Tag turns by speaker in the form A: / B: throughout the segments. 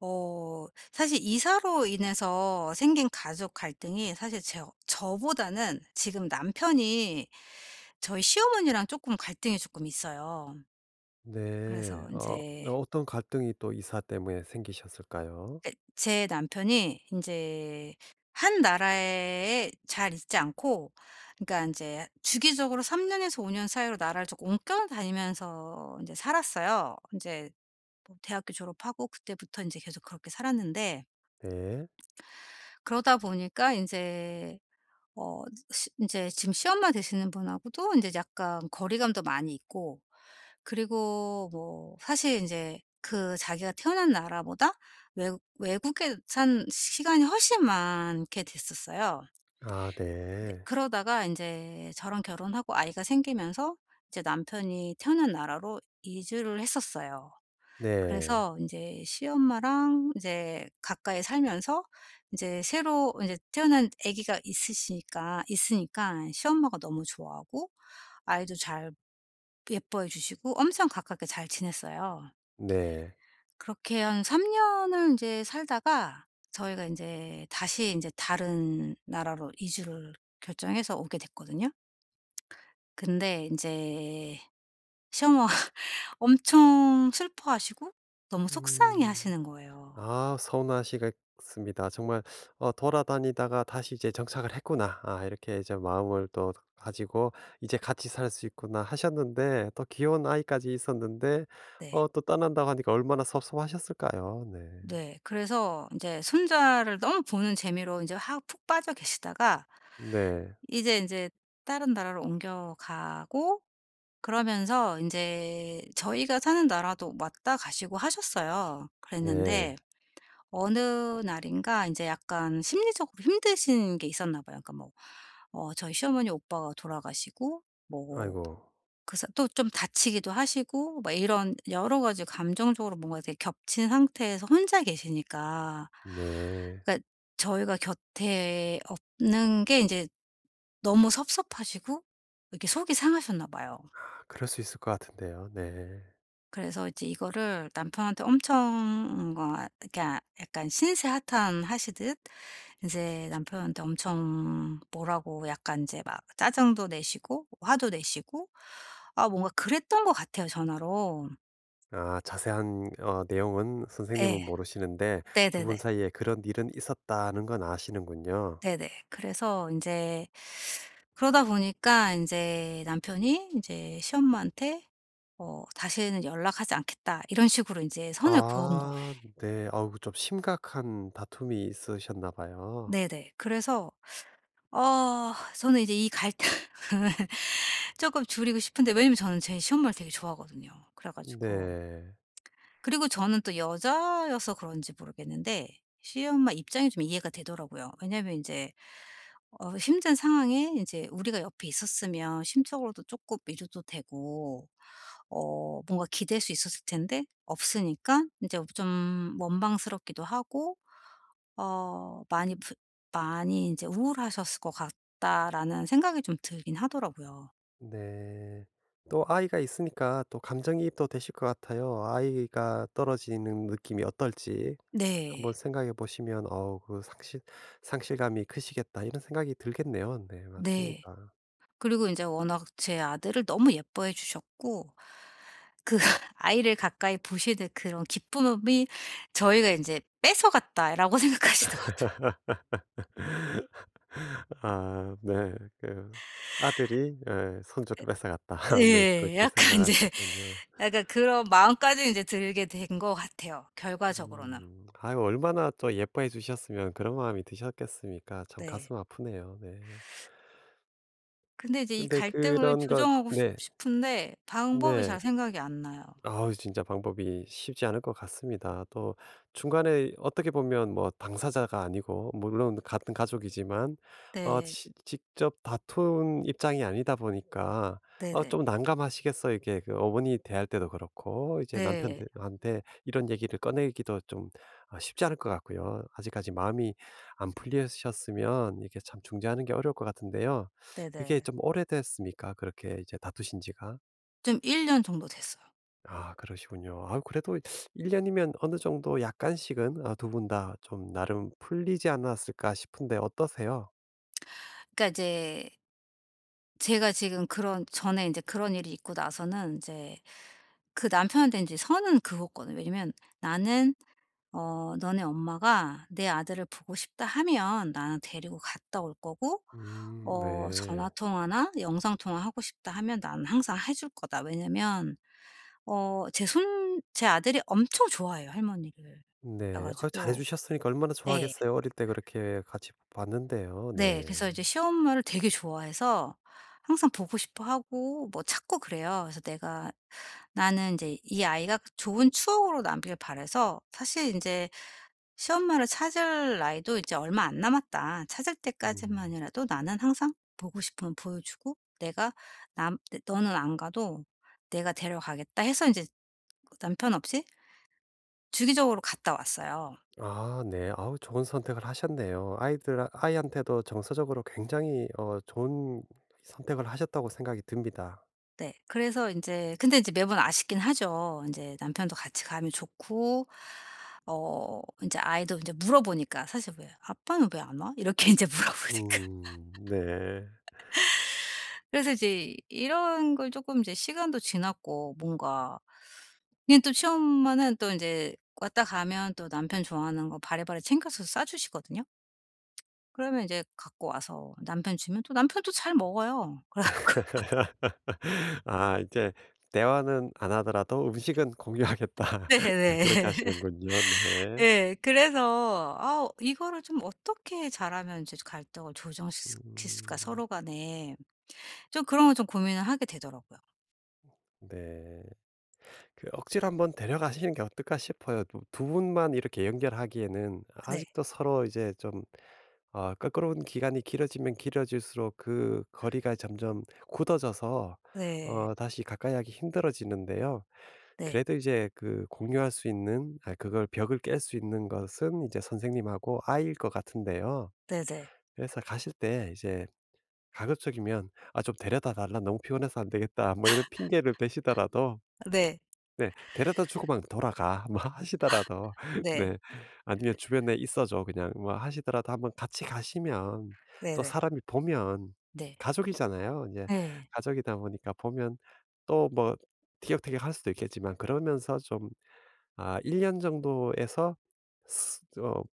A: 어 사실 이사로 인해서 생긴 가족 갈등이 사실 저 저보다는 지금 남편이 저희 시어머니랑 조금 갈등이 조금 있어요.
B: 네.
A: 그래서 이제
B: 네, 어떤 갈등이 또 이사 때문에 생기셨을까요?
A: 제 남편이 이제 한 나라에 잘 있지 않고, 그러니까 이제 주기적으로 3년 년에서 5년 사이로 나라를 조금 옮겨 다니면서 이제 살았어요. 이제 뭐 대학교 졸업하고 그때부터 이제 계속 그렇게 살았는데
B: 네.
A: 그러다 보니까 이제 어시제 지금 시엄마 되시는 분하고도 이제 약간 거리감도 많이 있고, 그리고 뭐 사실 이제 그 자기가 태어난 나라보다 외국 외국에 산 시간이 훨씬 많게 됐었어요.
B: 아
A: 네,
B: 네.
A: 그러다가 이제 저랑 결혼하고 아이가 생기면서 이제 남편이 태어난 나라로 이주를 했었어요.
B: 네.
A: 그래서 이제 시엄마랑 이제 가까이 살면서 이제 새로 이제 태어난 아기가 있으시니까 있으니까 시엄마가 너무 좋아하고 아이도 잘 예뻐해 주시고 엄청 가깝게 잘 지냈어요.
B: 네.
A: 그렇게 한 3년 년을 이제 살다가 저희가 인제 다시 인제 다른 나라로 이주를 결정해서 오게 됐거든요. 근데 인제 시엄마가 엄청 슬퍼하시고 너무 속상해
B: 음.
A: 하시는 거예요.
B: 아 서운하시겠습니다. 정말 어 '돌아다니다가 다시 이제 정착을 했구나. 아 이렇게 이제 마음을 또 가지고 이제 같이 살 수 있구나.' 하셨는데 또 귀여운 아이까지 있었는데
A: 네.
B: 어 또 떠난다고 하니까 얼마나 섭섭하셨을까요? 네.
A: 네. 그래서 인제 손자를 너무 보는 재미로 인제 확 푹 빠져 계시다가
B: 네.
A: 인제 다른 나라로 옮겨가고, 그러면서 인제 저희가 사는 나라도 왔다 가시고 하셨어요. 그랬는데
B: 네.
A: 어느 날인가 인제 약간 심리적으로 힘드신 게 있었나 봐요. 그러니까 뭐 저희 시어머니 오빠가 돌아가시고 뭐
B: 아이고.
A: 그래서 또 좀 다치기도 하시고 막 이런 여러 가지 감정적으로 뭔가 되게 겹친 상태에서 혼자 계시니까,
B: 네.
A: 그러니까 저희가 곁에 없는 게 인제 너무 섭섭하시고 이렇게 속이 상하셨나 봐요.
B: 아, 그럴 수 있을 것 같은데요. 네.
A: 그래서 이제 이거를 남편한테 엄청 뭔가, 그러니까 약간 신세하탄하시듯 인제 남편한테 엄청 뭐라고 약간 인제 막 짜증도 내시고 화도 내시고, 아 뭔가 그랬던 것 같아요 전화로.
B: 아 자세한 어 내용은
A: 예.
B: 선생님은 모르시는데 두
A: 네네네.
B: 분 사이에 그런 일은 있었다는 건 아시는군요.
A: 네네. 그래서 인제 그러다 보니까 인제 남편이 인제 시엄마한테 "다시는 연락하지 않겠다." 이런 식으로 인제 선을 그은 거예요.
B: 아 네. 어우 좀 심각한 다툼이 있으셨나 봐요.
A: 네네. 그래서 저는 이제 이 갈등을 쪼끔 줄이고 싶은데, 왜냐면 저는 제 시엄마를 되게 좋아하거든요. 그래 가지고,
B: 네.
A: 그리고 저는 또 여자여서 그런지 모르겠는데 시엄마 입장이 좀 이해가 되더라고요. 왜냐하면 인제 힘든 상황에 인제 우리가 옆에 있었으면 심적으로도 쪼끔 위로도 되고 뭔가 기댈 수 있었을 텐데, 없으니까 인제 좀 원망스럽기도 하고, 어 많이 부 많이 인제 우울하셨을 것 같다라는 생각이 좀 들긴 하더라고요.
B: 네. 또 아이가 있으니까 또 감정이입도 되실 것 같아요. 아이가 떨어지는 느낌이 어떨지 한번
A: 네.
B: 생각해 보시면 어우 그 상실 '상실감이 크시겠다.' 이런 생각이 들겠네요. 네
A: 네.
B: 맞습니다.
A: 그리고 인제 워낙 제 아들을 너무 예뻐해 주셨고 그 아이를 가까이 보시는 그런 기쁨이 저희가 이제 '뺏어갔다.'라고 생각하시는 것 같아요.
B: 아 네. 그 아들이 예 '손주를 뺏어갔다.' 네
A: 예.
B: 그렇게
A: 약간 이제
B: 생각하시는군요.
A: 약간 그런 마음까지 이제 들게 된 것 같아요, 결과적으로는.
B: 음. 아유 얼마나 또 예뻐해 주셨으면 그런 마음이 드셨겠습니까? 참
A: 네.
B: 가슴 아프네요. 네.
A: 근데 이제 이
B: 근데
A: 갈등을
B: 그런 것
A: 조정하고 싶
B: 네.
A: 싶은데 방법이
B: 네.
A: 잘 생각이 안 나요.
B: 아우 진짜 방법이 쉽지 않을 것 같습니다. 또 중간에 어떻게 보면 뭐 당사자가 아니고 물론 같은 가족이지만 어
A: 네.
B: 직접 다툰 입장이 아니다 보니까 어
A: 네네.
B: 좀 난감하시겠어요. 이게 그 어머니 대할 때도 그렇고 이제
A: 네.
B: 남편한테 이런 얘기를 꺼내기도 좀 아, 쉽지 않을 것 같고요. 아직까지 마음이 안 풀리셨으면 이게 참 중재하는 게 어려울 것 같은데요. 그게
A: 네네.
B: 좀 오래됐습니까? 그렇게 이제 다투신 지가?
A: 좀 1년 정도 됐어요.
B: 아 그러시군요. 아 그래도 1 년이면 어느 정도 약간씩은 아 두 분 다 좀 나름 풀리지 않았을까 싶은데 어떠세요?
A: 그러니까 이제 제가 지금 그런 전에 이제 그런 일이 있고 나서는 이제 그 남편한테 이제 선은 그거거든. 왜냐면 나는 "너네 엄마가 내 아들을 보고 싶다 하면 나는 데리고 갔다 올 거고, 전화
B: 네.
A: 통화나 영상 통화하고 싶다 하면 나는 항상 해줄 거다." 왜냐면 제 아들이 엄청 좋아해요 할머니를. 그래
B: 네. 아 잘해
A: 가지고
B: 주셨으니까 얼마나
A: 예.
B: 좋아하겠어요. 어릴 때 그렇게 같이 봤는데요.
A: 네.
B: 네.
A: 그래서 이제 시엄마를 되게 좋아해서 항상 보고 싶어 하고 뭐 찾고 그래요. 그래서 내가, 나는 이제 이 아이가 좋은 추억으로 남길 바라서 사실 인제 시엄마를 찾을 나이도 이제 얼마 안 남았다. 찾을
B: 음.
A: 때까지만이라도 나는 항상 보고 싶으면 보여 주고 내가, 남 내 너는 안 가도 내가 데려가겠다 해서 인제 남편 없이 주기적으로 갔다 왔어요.
B: 아 네. 아우 좋은 선택을 하셨네요. 아이들 아이한테도 정서적으로 굉장히 어 좋은 선택을 하셨다고 생각이 듭니다.
A: 네. 그래서 인제, 근데 인제 매번 아쉽긴 하죠. 인제 남편도 같이 가면 좋고 인제 아이도 인제 물어보니까 사실 왜 "아빠는 왜 안 와?" 이렇게 인제 물어보니까.
B: 네.
A: 그래서 이제 이런 걸 쪼끔 이제 시간도 지났고 뭔가, 근데 또 시엄마는 또 인제 왔다 가면 또 남편 좋아하는 거 바리바리 챙겨서 싸 주시거든요. 그러면 인제 갖고 와서 남편 주면 또 남편도 잘 먹어요. 그래 갖고
B: 아 이제 대화는 안 하더라도 음식은 공유하겠다. 네 그렇게
A: 네네.
B: 하시는군요. 네.
A: 예. 그래서 아 이거를 좀 어떻게 잘하면 이제 갈등을 조정시킬까
B: 음.
A: 서로 간에. 좀 그런 걸 좀 고민을 하게 되더라고요.
B: 네. 그 억지로 한번 데려가시는 게 어떨까 싶어요. 두 분만 이렇게 연결하기에는
A: 네.
B: 아직도 서로 이제 좀 어 껄끄러운 기간이 길어지면 길어질수록 그 거리가 점점 굳어져서
A: 네.
B: 어 다시 가까이 하기 힘들어지는데요.
A: 네.
B: 그래도 이제 그 공유할 수 있는 아 그걸 벽을 깰 수 있는 것은 이제 선생님하고 아이일 것 같은데요.
A: 네네.
B: 그래서 가실 때 이제 가급적이면 "아 좀 데려다 달라. 너무 피곤해서 안 되겠다." 뭐 이런 핑계를 대시더라도
A: 네.
B: 네. 데려다 주고 막 돌아가. 뭐 하시더라도
A: 네.
B: 네 아니면 주변에 있어 줘 그냥. 뭐 하시더라도 한번 같이 가시면 또
A: 네네.
B: 사람이 보면
A: 네.
B: 가족이잖아요. 이제
A: 네, 네. 네,
B: 가족이다 보니까 보면 또 뭐 티격태격할 수도 있겠지만 그러면서 좀 아 1 년 정도에서 어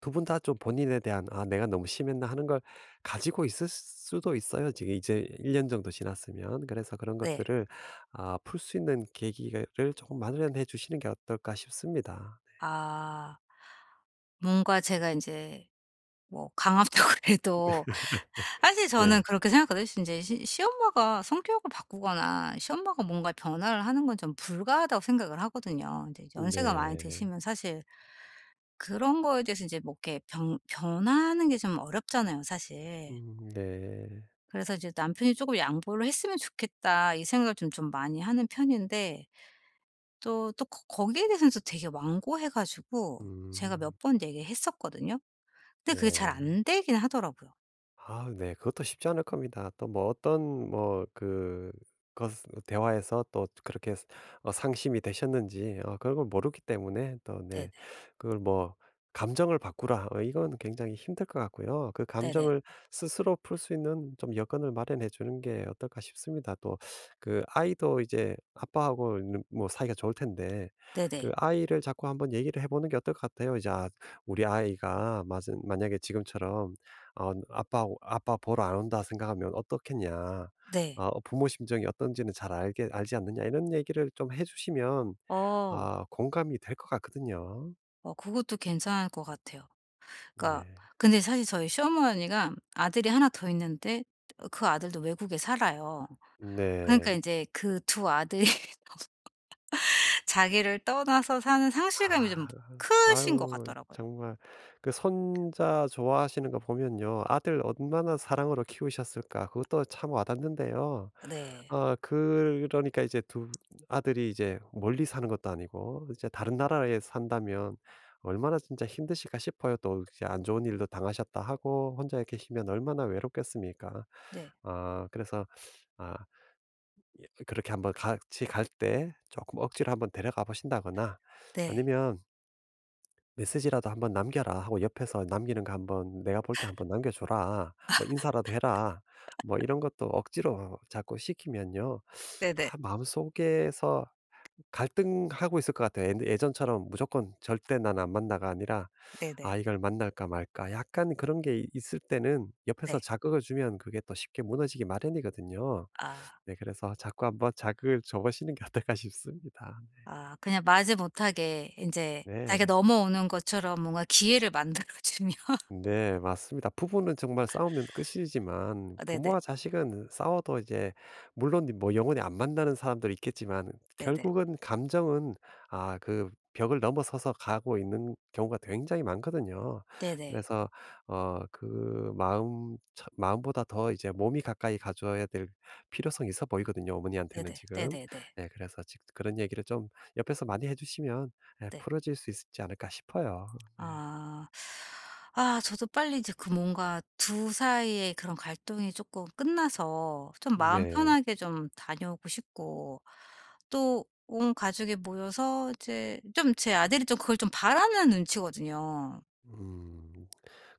B: 두 분 다 좀 본인에 대한 '아 내가 너무 심했나.' 하는 걸 가지고 있을 수도 있어요. 지금 이제 1년 정도 지났으면. 그래서 그런
A: 네.
B: 것들을 아 풀 수 있는 계기를 조금 마련해 주시는 게 어떨까 싶습니다.
A: 아 뭔가 제가 이제 뭐 강압적으로 해도 사실 저는
B: 네.
A: 그렇게 생각하거든요. 제시 시엄마가 성격을 바꾸거나 시엄마가 뭔가 변화를 하는 건 좀 불가하다고 생각을 하거든요. 이제 연세가 많이
B: 네.
A: 드시면 사실 그런 거에 대해서 이제 뭐 이렇게 변 변하는 게 좀 어렵잖아요 사실.
B: 네.
A: 그래서 이제 '남편이 조금 양보를 했으면 좋겠다.' 이 생각을 좀 많이 하는 편인데, 또 또 거 거기에 대해서는 또 되게 완고해 가지고 제가 몇
B: 음
A: 번 얘기했었거든요. 근데 그게 잘
B: 네.
A: 안 되긴 하더라고요.
B: 아 네. 그것도 쉽지 않을 겁니다. 또 뭐 어떤 뭐 그 것 대화에서 또 그렇게 어 상심이 되셨는지 어 그런 걸 모르기 때문에 또
A: 네네.
B: 네 그걸 뭐 '감정을 바꾸라.' 어 이건 굉장히 힘들 것 같고요. 그
A: 네네.
B: 감정을 스스로 풀 수 있는 좀 여건을 마련해 주는 게 어떨까 싶습니다. 또 그 아이도 이제 아빠하고는 뭐 사이가 좋을 텐데 그
A: 네네.
B: 아이를 자꾸 한번 얘기를 해 보는 게 어떨 것 같아요. 이제 아 우리 아이가 맞은 만약에 지금처럼 어 "아빠 오 아빠 보러 안 온다." 생각하면 어떻겠냐.
A: 네.
B: 어 부모 심정이 어떤지는 잘 알게 알지 않느냐. 이런 얘기를 좀 해 주시면
A: 어.
B: 아 공감이 될 것 같거든요.
A: 어 그것도 괜찮을 것 같아요. 그러니까
B: 네.
A: 근데 사실 저희 시어머니가 아들이 하나 더 있는데 그 아들도 외국에 살아요. 그러니까 이
B: 네.
A: 제 그 두 아들이 자기를 떠나서 사는 상실감이 좀
B: 아.
A: 크신 것
B: 아유
A: 같더라고요.
B: 정말 그 손자 좋아하시는 거 보면요. 아들 얼마나 사랑으로 키우셨을까. 그것도 참 와닿는데요.
A: 네.
B: 아 그러니까 이제 두 아들이 이제 멀리 사는 것도 아니고 이제 다른 나라에 산다면 얼마나 진짜 힘드실까 싶어요. 또 이제 안 좋은 일도 당하셨다 하고 혼자 계시면 얼마나 외롭겠습니까.
A: 네.
B: 아 그래서 아 이 그렇게 한번 같이 갈 때 조금 억지로 한번 데려가 보신다거나
A: 네.
B: 아니면 메시지라도 한번 남겨라 하고 옆에서 남기는 거 한번 내가 볼 때 한번 남겨 줘라. 뭐 인사라도 해라. 뭐 이런 것도 억지로 자꾸 시키면요.
A: 네네.
B: 아 마음속에서 갈등하고 있을 것 같아요. 예 예전처럼 무조건 절대 난 안 만나가 아니라 '아
A: 네네.
B: 이걸 만날까 말까.' 약간 그런 게 있을 때는 옆에서
A: 네.
B: 자극을 주면 그게 또 쉽게 무너지기 마련이거든요.
A: 아.
B: 네 그래서 자꾸 한번 자극을 줘 보시는 게 어떨까 싶습니다.
A: 아 그냥 마지 못하게 인제
B: 네.
A: 자기가 넘어오는 것처럼 뭔가 기회를 만들어 주면
B: 네, 맞습니다. 부부는 정말 싸우면 끝이지만
A: 네네.
B: 부모와 자식은 싸워도 이제 물론 뭐 영원히 안 만나는 사람도 있겠지만
A: 네네.
B: 결국은 감정은 아, 그 벽을 넘어서서 가고 있는 경우가 굉장히 많거든요.
A: 네네.
B: 그래서 어, 그 마음보다 더 이제 몸이 가까이 가져야 될 필요성이 있어 보이거든요. 어머니한테는
A: 네네.
B: 지금.
A: 네네네.
B: 네, 그래서 그런 얘기를 좀 옆에서 많이 해주시면 예,
A: 네.
B: 풀어질 수 있지 않을까 싶어요. 네.
A: 아. 아 저도 빨리 이제 그 뭔가 두 사이의 그런 갈등이 조금 끝나서 좀 마음
B: 네.
A: 편하게 좀 다녀오고 싶고, 또 온 가족이 모여서 이제 좀 제 아들이 좀 그걸 좀 바라는 눈치거든요.
B: 음.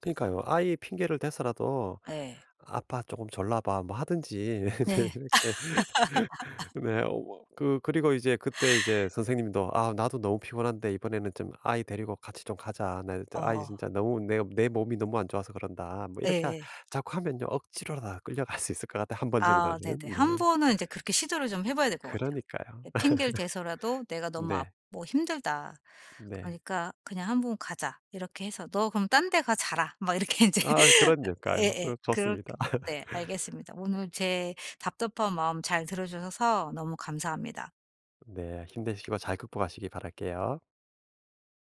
B: 그니까요. 아이 핑계를 대서라도
A: 예.
B: "아빠 조금 졸라 봐." 뭐 하든지
A: 네.
B: 네 이렇게 네. 어 뭐 그 그리고 이제 그때 이제 선생님도 "아 나도 너무 피곤한데 이번에는 좀 아이 데리고 같이 좀 가자. 나 진짜 아이
A: 어어.
B: 진짜 너무 내 몸이 너무 안 좋아서 그런다." 뭐 이렇게 하
A: 예예.
B: 자꾸 하면요. 억지로라도 끌려갈 수 있을 것 같아요 번 정도는.
A: 아 네네. 한
B: 네.
A: 번은 이제 그렇게 시도를 좀 해 봐야 될 것 같아요.
B: 그러니까요.
A: 예 핑계를 대서라도 "내가 너무 아
B: 네.
A: 뭐 힘들다.
B: 네.
A: 그러니까 그냥 한번 가자." 이렇게 해서 "너 그럼 딴 데 가 자라." 막 이렇게 인제
B: 아 그러니까요.
A: 예예.
B: 어 좋습니다.
A: 그렇게, 네 알겠습니다. 오늘 제 답답한 마음 잘 들어 주셔서 너무 감사합니다.
B: 네. 힘내시고 잘 극복하시기 바랄게요.